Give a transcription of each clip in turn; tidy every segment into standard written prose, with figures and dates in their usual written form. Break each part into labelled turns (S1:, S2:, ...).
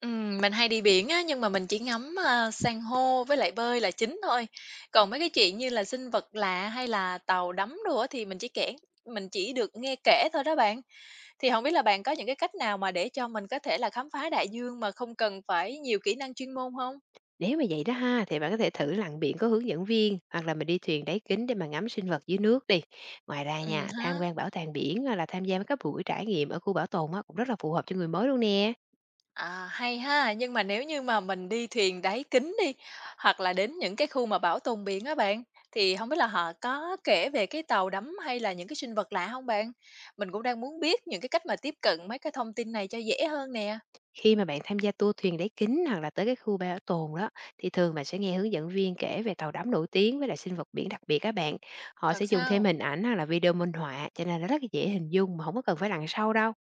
S1: Mình hay đi biển á, nhưng mà mình chỉ ngắm, a, san hô với lại bơi là chính thôi. Còn mấy cái chuyện như là sinh vật lạ hay là tàu đắm đồ á thì mình chỉ được nghe kể thôi đó bạn. Thì không biết là bạn có những cái cách nào mà để cho mình có thể là khám phá đại dương mà không cần phải nhiều kỹ năng chuyên môn không?
S2: Nếu mà vậy đó ha, thì bạn có thể thử lặn biển có hướng dẫn viên hoặc là mình đi thuyền đáy kính để mà ngắm sinh vật dưới nước đi. Ngoài ra
S1: Ừ,
S2: nha, tham
S1: ha.
S2: quan bảo tàng biển hoặc là tham gia mấy các buổi trải nghiệm ở khu bảo tồn á, cũng rất là phù hợp cho người mới luôn nè.
S1: À, hay ha! Nhưng mà nếu như mà mình đi thuyền đáy kính đi, hoặc là đến những cái khu mà bảo tồn biển á bạn, thì không biết là họ có kể về cái tàu đắm hay là những cái sinh vật lạ không bạn? Mình cũng đang muốn biết những cái cách mà tiếp cận mấy cái thông tin này cho dễ hơn nè.
S2: Khi mà bạn tham gia tour thuyền đáy kính hoặc là tới cái khu bảo tồn đó thì thường bạn sẽ nghe hướng dẫn viên kể về tàu đắm nổi tiếng với lại sinh vật biển đặc biệt các bạn. Họ sẽ
S1: Thật
S2: dùng thêm
S1: sao?
S2: hình ảnh hoặc là video minh họa, cho nên là rất là dễ hình dung mà không có cần phải lặn sâu đâu.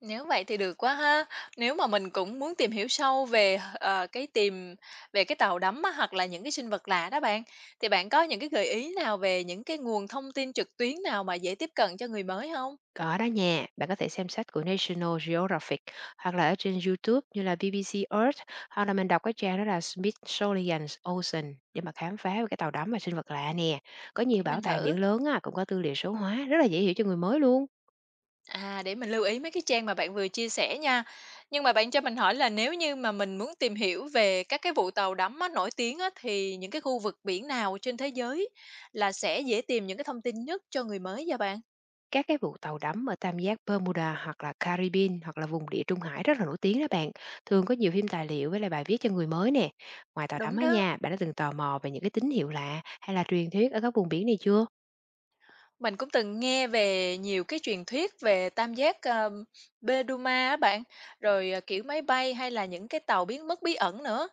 S1: Nếu vậy thì được quá ha! Nếu mà mình cũng muốn tìm hiểu sâu về, cái về cái tàu đắm á, hoặc là những cái sinh vật lạ đó bạn, thì bạn có những cái gợi ý nào về những cái nguồn thông tin trực tuyến nào mà dễ tiếp cận cho người mới không?
S2: Có đó nha, bạn có thể xem sách của National Geographic hoặc là ở trên YouTube như là BBC Earth, hoặc là mình đọc cái trang đó là Smithsonian Ocean để mà khám phá về cái tàu đắm và sinh vật lạ nè. Có
S1: Để
S2: nhiều bảo
S1: mình
S2: tàng
S1: thử.
S2: biển lớn á, cũng có tư liệu số hóa rất là dễ hiểu cho người mới luôn.
S1: À, để mình lưu ý mấy cái trang mà bạn vừa chia sẻ nha. Nhưng mà bạn cho mình hỏi là nếu như mà mình muốn tìm hiểu về các cái vụ tàu đắm á, nổi tiếng á, thì những cái khu vực biển nào trên thế giới là sẽ dễ tìm những cái thông tin nhất cho người mới vậy bạn?
S2: Các cái vụ tàu đắm ở tam giác Bermuda hoặc là Caribbean hoặc là vùng địa Trung Hải rất là nổi tiếng đó bạn. Thường có nhiều phim tài liệu với lại bài viết cho người mới nè. Ngoài tàu đắm
S1: Đúng
S2: ở
S1: đó.
S2: nhà, bạn đã từng tò mò về những cái tín hiệu lạ hay là truyền thuyết ở các vùng biển này chưa?
S1: Mình cũng từng nghe về nhiều cái truyền thuyết về tam giác, Bedouin á bạn, rồi, kiểu, máy bay hay là những cái tàu biến mất bí ẩn nữa.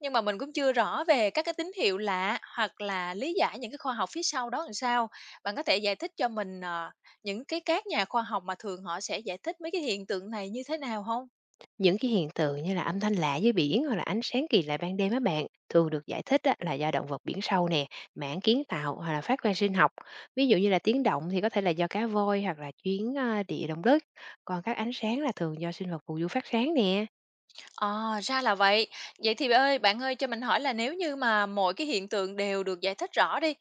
S1: Nhưng mà mình cũng chưa rõ về các cái tín hiệu lạ hoặc là lý giải những cái khoa học phía sau đó làm sao. Bạn có thể giải thích cho mình, những cái các nhà khoa học mà thường họ sẽ giải thích mấy cái hiện tượng này như thế nào không?
S2: Những cái hiện tượng như là âm thanh lạ dưới biển hoặc là ánh sáng kỳ lạ ban đêm á bạn thường được giải thích á, là do động vật biển sâu nè, mảng kiến tạo hoặc là phát quang sinh học. Ví dụ như là tiếng động thì có thể là do cá voi hoặc là chuyến à, địa động đất. Còn các ánh sáng là thường do sinh vật phù du phát sáng nè.
S1: À, ra là vậy. Vậy thì bạn ơi cho mình hỏi là nếu như mà mọi cái hiện tượng đều được giải thích rõ đi,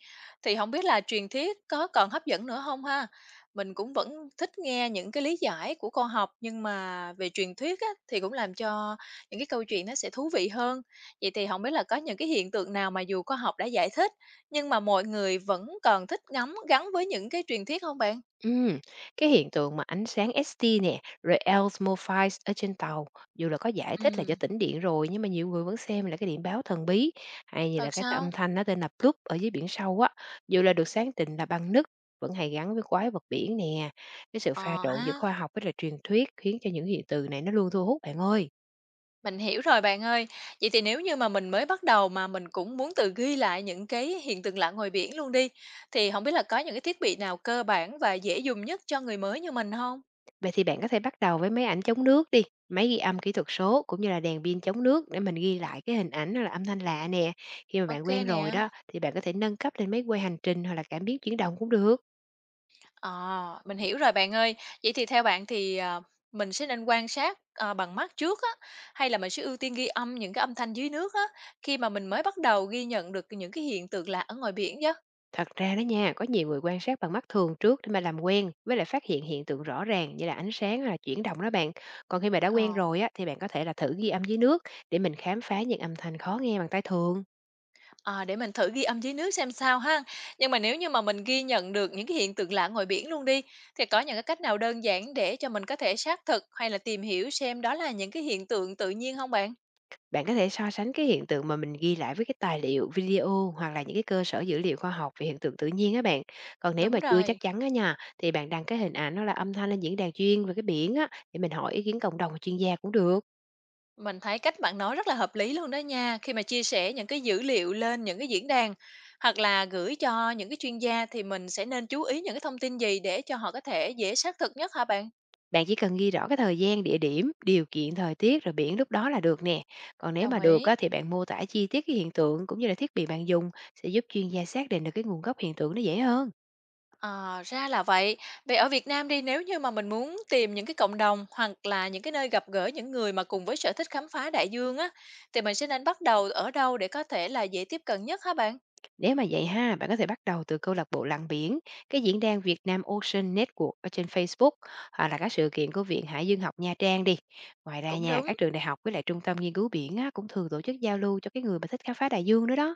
S1: thì không biết là truyền thuyết có còn hấp dẫn nữa không ha? Mình cũng vẫn thích nghe những cái lý giải của khoa học, nhưng mà về truyền thuyết á, thì cũng làm cho những cái câu chuyện nó sẽ thú vị hơn. Vậy thì không biết là có những cái hiện tượng nào mà dù khoa học đã giải thích, nhưng mà mọi người vẫn còn thích ngắm gắn với những cái truyền thuyết không bạn?
S2: Ừm, cái hiện tượng mà ánh sáng SD nè, rồi L-MOPHIS ở trên tàu, dù là có giải thích là do
S1: Ừm.
S2: tĩnh điện rồi, nhưng mà nhiều người vẫn xem là cái điện báo thần bí, hay như là
S1: Thật
S2: cái
S1: sao?
S2: âm thanh nó tên là plup ở dưới biển sâu á, dù là được sáng tình là bằng nước, vẫn hay gắn với quái vật biển nè. Cái sự pha
S1: Ờ
S2: trộn giữa
S1: ha.
S2: khoa học với là truyền thuyết khiến cho những hiện tượng này nó luôn thu hút bạn ơi.
S1: Mình hiểu rồi bạn ơi. Vậy thì nếu như mà mình mới bắt đầu mà mình cũng muốn tự ghi lại những cái hiện tượng lạ ngoài biển luôn đi, thì không biết là có những cái thiết bị nào cơ bản và dễ dùng nhất cho người mới như mình không?
S2: Vậy thì bạn có thể bắt đầu với máy ảnh chống nước đi, máy ghi âm kỹ thuật số cũng như là đèn pin chống nước để mình ghi lại cái hình ảnh hay là âm thanh lạ nè. Khi mà bạn
S1: Ok
S2: quen
S1: nè.
S2: rồi đó thì bạn có thể nâng cấp lên máy quay hành trình hoặc là cảm biến chuyển động cũng được.
S1: Ờ, mình hiểu rồi bạn ơi. Vậy thì theo bạn thì, mình sẽ nên quan sát, bằng mắt trước á, hay là mình sẽ ưu tiên ghi âm những cái âm thanh dưới nước á, khi mà mình mới bắt đầu ghi nhận được những cái hiện tượng lạ ở ngoài biển vậy?
S2: Thật ra đó nha, có nhiều người quan sát bằng mắt thường trước để mà làm quen với lại phát hiện hiện tượng rõ ràng như là ánh sáng hay là chuyển động đó bạn. Còn khi mà đã quen
S1: Ờ.
S2: rồi á thì bạn có thể là thử ghi âm dưới nước để mình khám phá những âm thanh khó nghe bằng tai thường.
S1: Ờ, để mình thử ghi âm dưới nước xem sao ha. Nhưng mà nếu như mà mình ghi nhận được những cái hiện tượng lạ ngoài biển luôn đi, thì có những cái cách nào đơn giản để cho mình có thể xác thực hay là tìm hiểu xem đó là những cái hiện tượng tự nhiên không bạn?
S2: Bạn có thể so sánh cái hiện tượng mà mình ghi lại với cái tài liệu, video hoặc là những cái cơ sở dữ liệu khoa học về hiện tượng tự nhiên á bạn. Còn nếu
S1: Đúng
S2: mà chưa
S1: rồi.
S2: chắc chắn á nha, thì bạn đăng cái hình ảnh hoặc là âm thanh lên diễn đàn chuyên về cái biển á, để mình hỏi ý kiến cộng đồng và chuyên gia cũng được.
S1: Mình thấy cách bạn nói rất là hợp lý luôn đó nha, khi mà chia sẻ những cái dữ liệu lên những cái diễn đàn hoặc là gửi cho những cái chuyên gia thì mình sẽ nên chú ý những cái thông tin gì để cho họ có thể dễ xác thực nhất hả bạn?
S2: Bạn chỉ cần ghi rõ cái thời gian, địa điểm, điều kiện thời tiết rồi biển lúc đó là được nè. Còn nếu
S1: Đồng
S2: mà được
S1: ý.
S2: á, thì bạn mô tả chi tiết cái hiện tượng cũng như là thiết bị bạn dùng sẽ giúp chuyên gia xác định được cái nguồn gốc hiện tượng nó dễ hơn.
S1: À, ra là vậy. Vậy ở Việt Nam đi, nếu như mà mình muốn tìm những cái cộng đồng hoặc là những cái nơi gặp gỡ những người mà cùng với sở thích khám phá đại dương á, thì mình sẽ nên bắt đầu ở đâu để có thể là dễ tiếp cận nhất hả bạn?
S2: Nếu mà vậy ha, bạn có thể bắt đầu từ câu lạc bộ lặn biển, cái diễn đàn Việt Nam Ocean Network ở trên Facebook hoặc là các sự kiện của Viện Hải dương học Nha Trang đi. Ngoài ra
S1: Cũng
S2: nha,
S1: đúng.
S2: các trường đại học với lại trung tâm nghiên cứu biển á, cũng thường tổ chức giao lưu cho cái người mà thích khám phá đại dương nữa đó.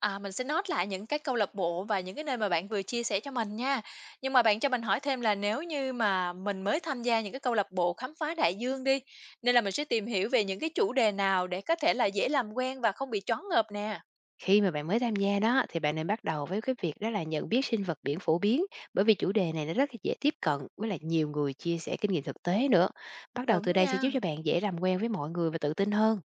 S1: À, mình sẽ note lại những cái câu lạc bộ và những cái nơi mà bạn vừa chia sẻ cho mình nha. Nhưng mà bạn cho mình hỏi thêm là nếu như mà mình mới tham gia những cái câu lạc bộ khám phá đại dương đi, nên là mình sẽ tìm hiểu về những cái chủ đề nào để có thể là dễ làm quen và không bị choáng ngợp nè.
S2: Khi mà bạn mới tham gia đó thì bạn nên bắt đầu với cái việc đó là nhận biết sinh vật biển phổ biến, bởi vì chủ đề này nó rất là dễ tiếp cận với lại nhiều người chia sẻ kinh nghiệm thực tế nữa. Bắt đầu từ
S1: Đúng
S2: đây sẽ
S1: nha.
S2: giúp cho bạn dễ làm quen với mọi người và tự tin hơn.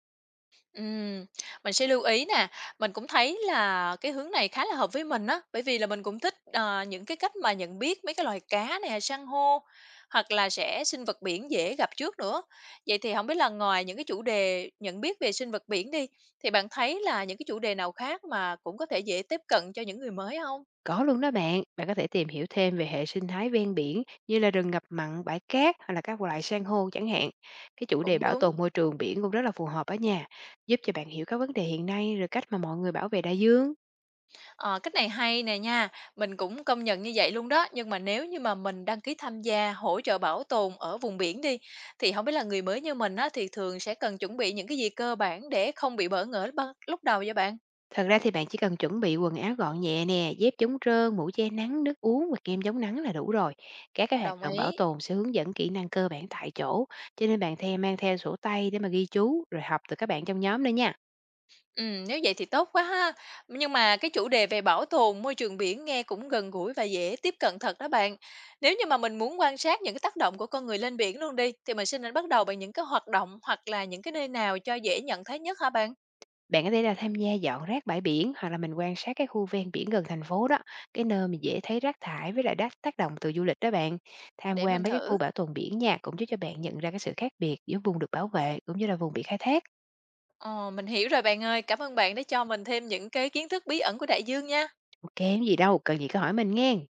S1: Ừm, mình sẽ lưu ý nè, mình cũng thấy là cái hướng này khá là hợp với mình á, bởi vì là mình cũng thích, những cái cách mà nhận biết mấy cái loài cá nè, san hô, hoặc là sẽ sinh vật biển dễ gặp trước nữa. Vậy thì không biết là ngoài những cái chủ đề nhận biết về sinh vật biển đi, thì bạn thấy là những cái chủ đề nào khác mà cũng có thể dễ tiếp cận cho những người mới không?
S2: Có luôn đó bạn, bạn có thể tìm hiểu thêm về hệ sinh thái ven biển như là rừng ngập mặn, bãi cát hay là các loại san hô chẳng hạn. Cái chủ đề
S1: Cũng
S2: bảo
S1: đúng.
S2: tồn môi trường biển cũng rất là phù hợp ở nhà, giúp cho bạn hiểu các vấn đề hiện nay rồi cách mà mọi người bảo vệ đại dương.
S1: Ờ, cách này hay nè nha, mình cũng công nhận như vậy luôn đó, nhưng mà nếu như mà mình đăng ký tham gia hỗ trợ bảo tồn ở vùng biển đi, thì không biết là người mới như mình á, thì thường sẽ cần chuẩn bị những cái gì cơ bản để không bị bỡ ngỡ ban lúc đầu vậy bạn?
S2: Thật ra thì bạn chỉ cần chuẩn bị quần áo gọn nhẹ nè, dép chống trơn, mũ che nắng, nước uống và kem chống nắng là đủ rồi. Các cái hoạt
S1: Đồng
S2: động bảo
S1: ý.
S2: tồn sẽ hướng dẫn kỹ năng cơ bản tại chỗ, cho nên bạn theo mang theo sổ tay để mà ghi chú rồi học từ các bạn trong nhóm nữa nha.
S1: Nếu vậy thì tốt quá ha. Nhưng mà cái chủ đề về bảo tồn môi trường biển nghe cũng gần gũi và dễ tiếp cận thật đó bạn. Nếu như mà mình muốn quan sát những cái tác động của con người lên biển luôn đi, thì mình sẽ nên bắt đầu bằng những cái hoạt động hoặc là những cái nơi nào cho dễ nhận thấy nhất hả bạn?
S2: Bạn có thể là tham gia dọn rác bãi biển hoặc là mình quan sát cái khu ven biển gần thành phố đó, cái nơi mà dễ thấy rác thải với lại đá tác động từ du lịch đó bạn. Tham
S1: Để mình
S2: quan mấy cái khu
S1: thử.
S2: bảo tồn biển nha, cũng giúp cho bạn nhận ra cái sự khác biệt giữa vùng được bảo vệ cũng như là vùng bị khai thác.
S1: Ờ, mình hiểu rồi bạn ơi. Cảm ơn bạn đã cho mình thêm những cái kiến thức bí ẩn của đại dương nha.
S2: Ok, không gì đâu, cần gì cứ hỏi mình nghe.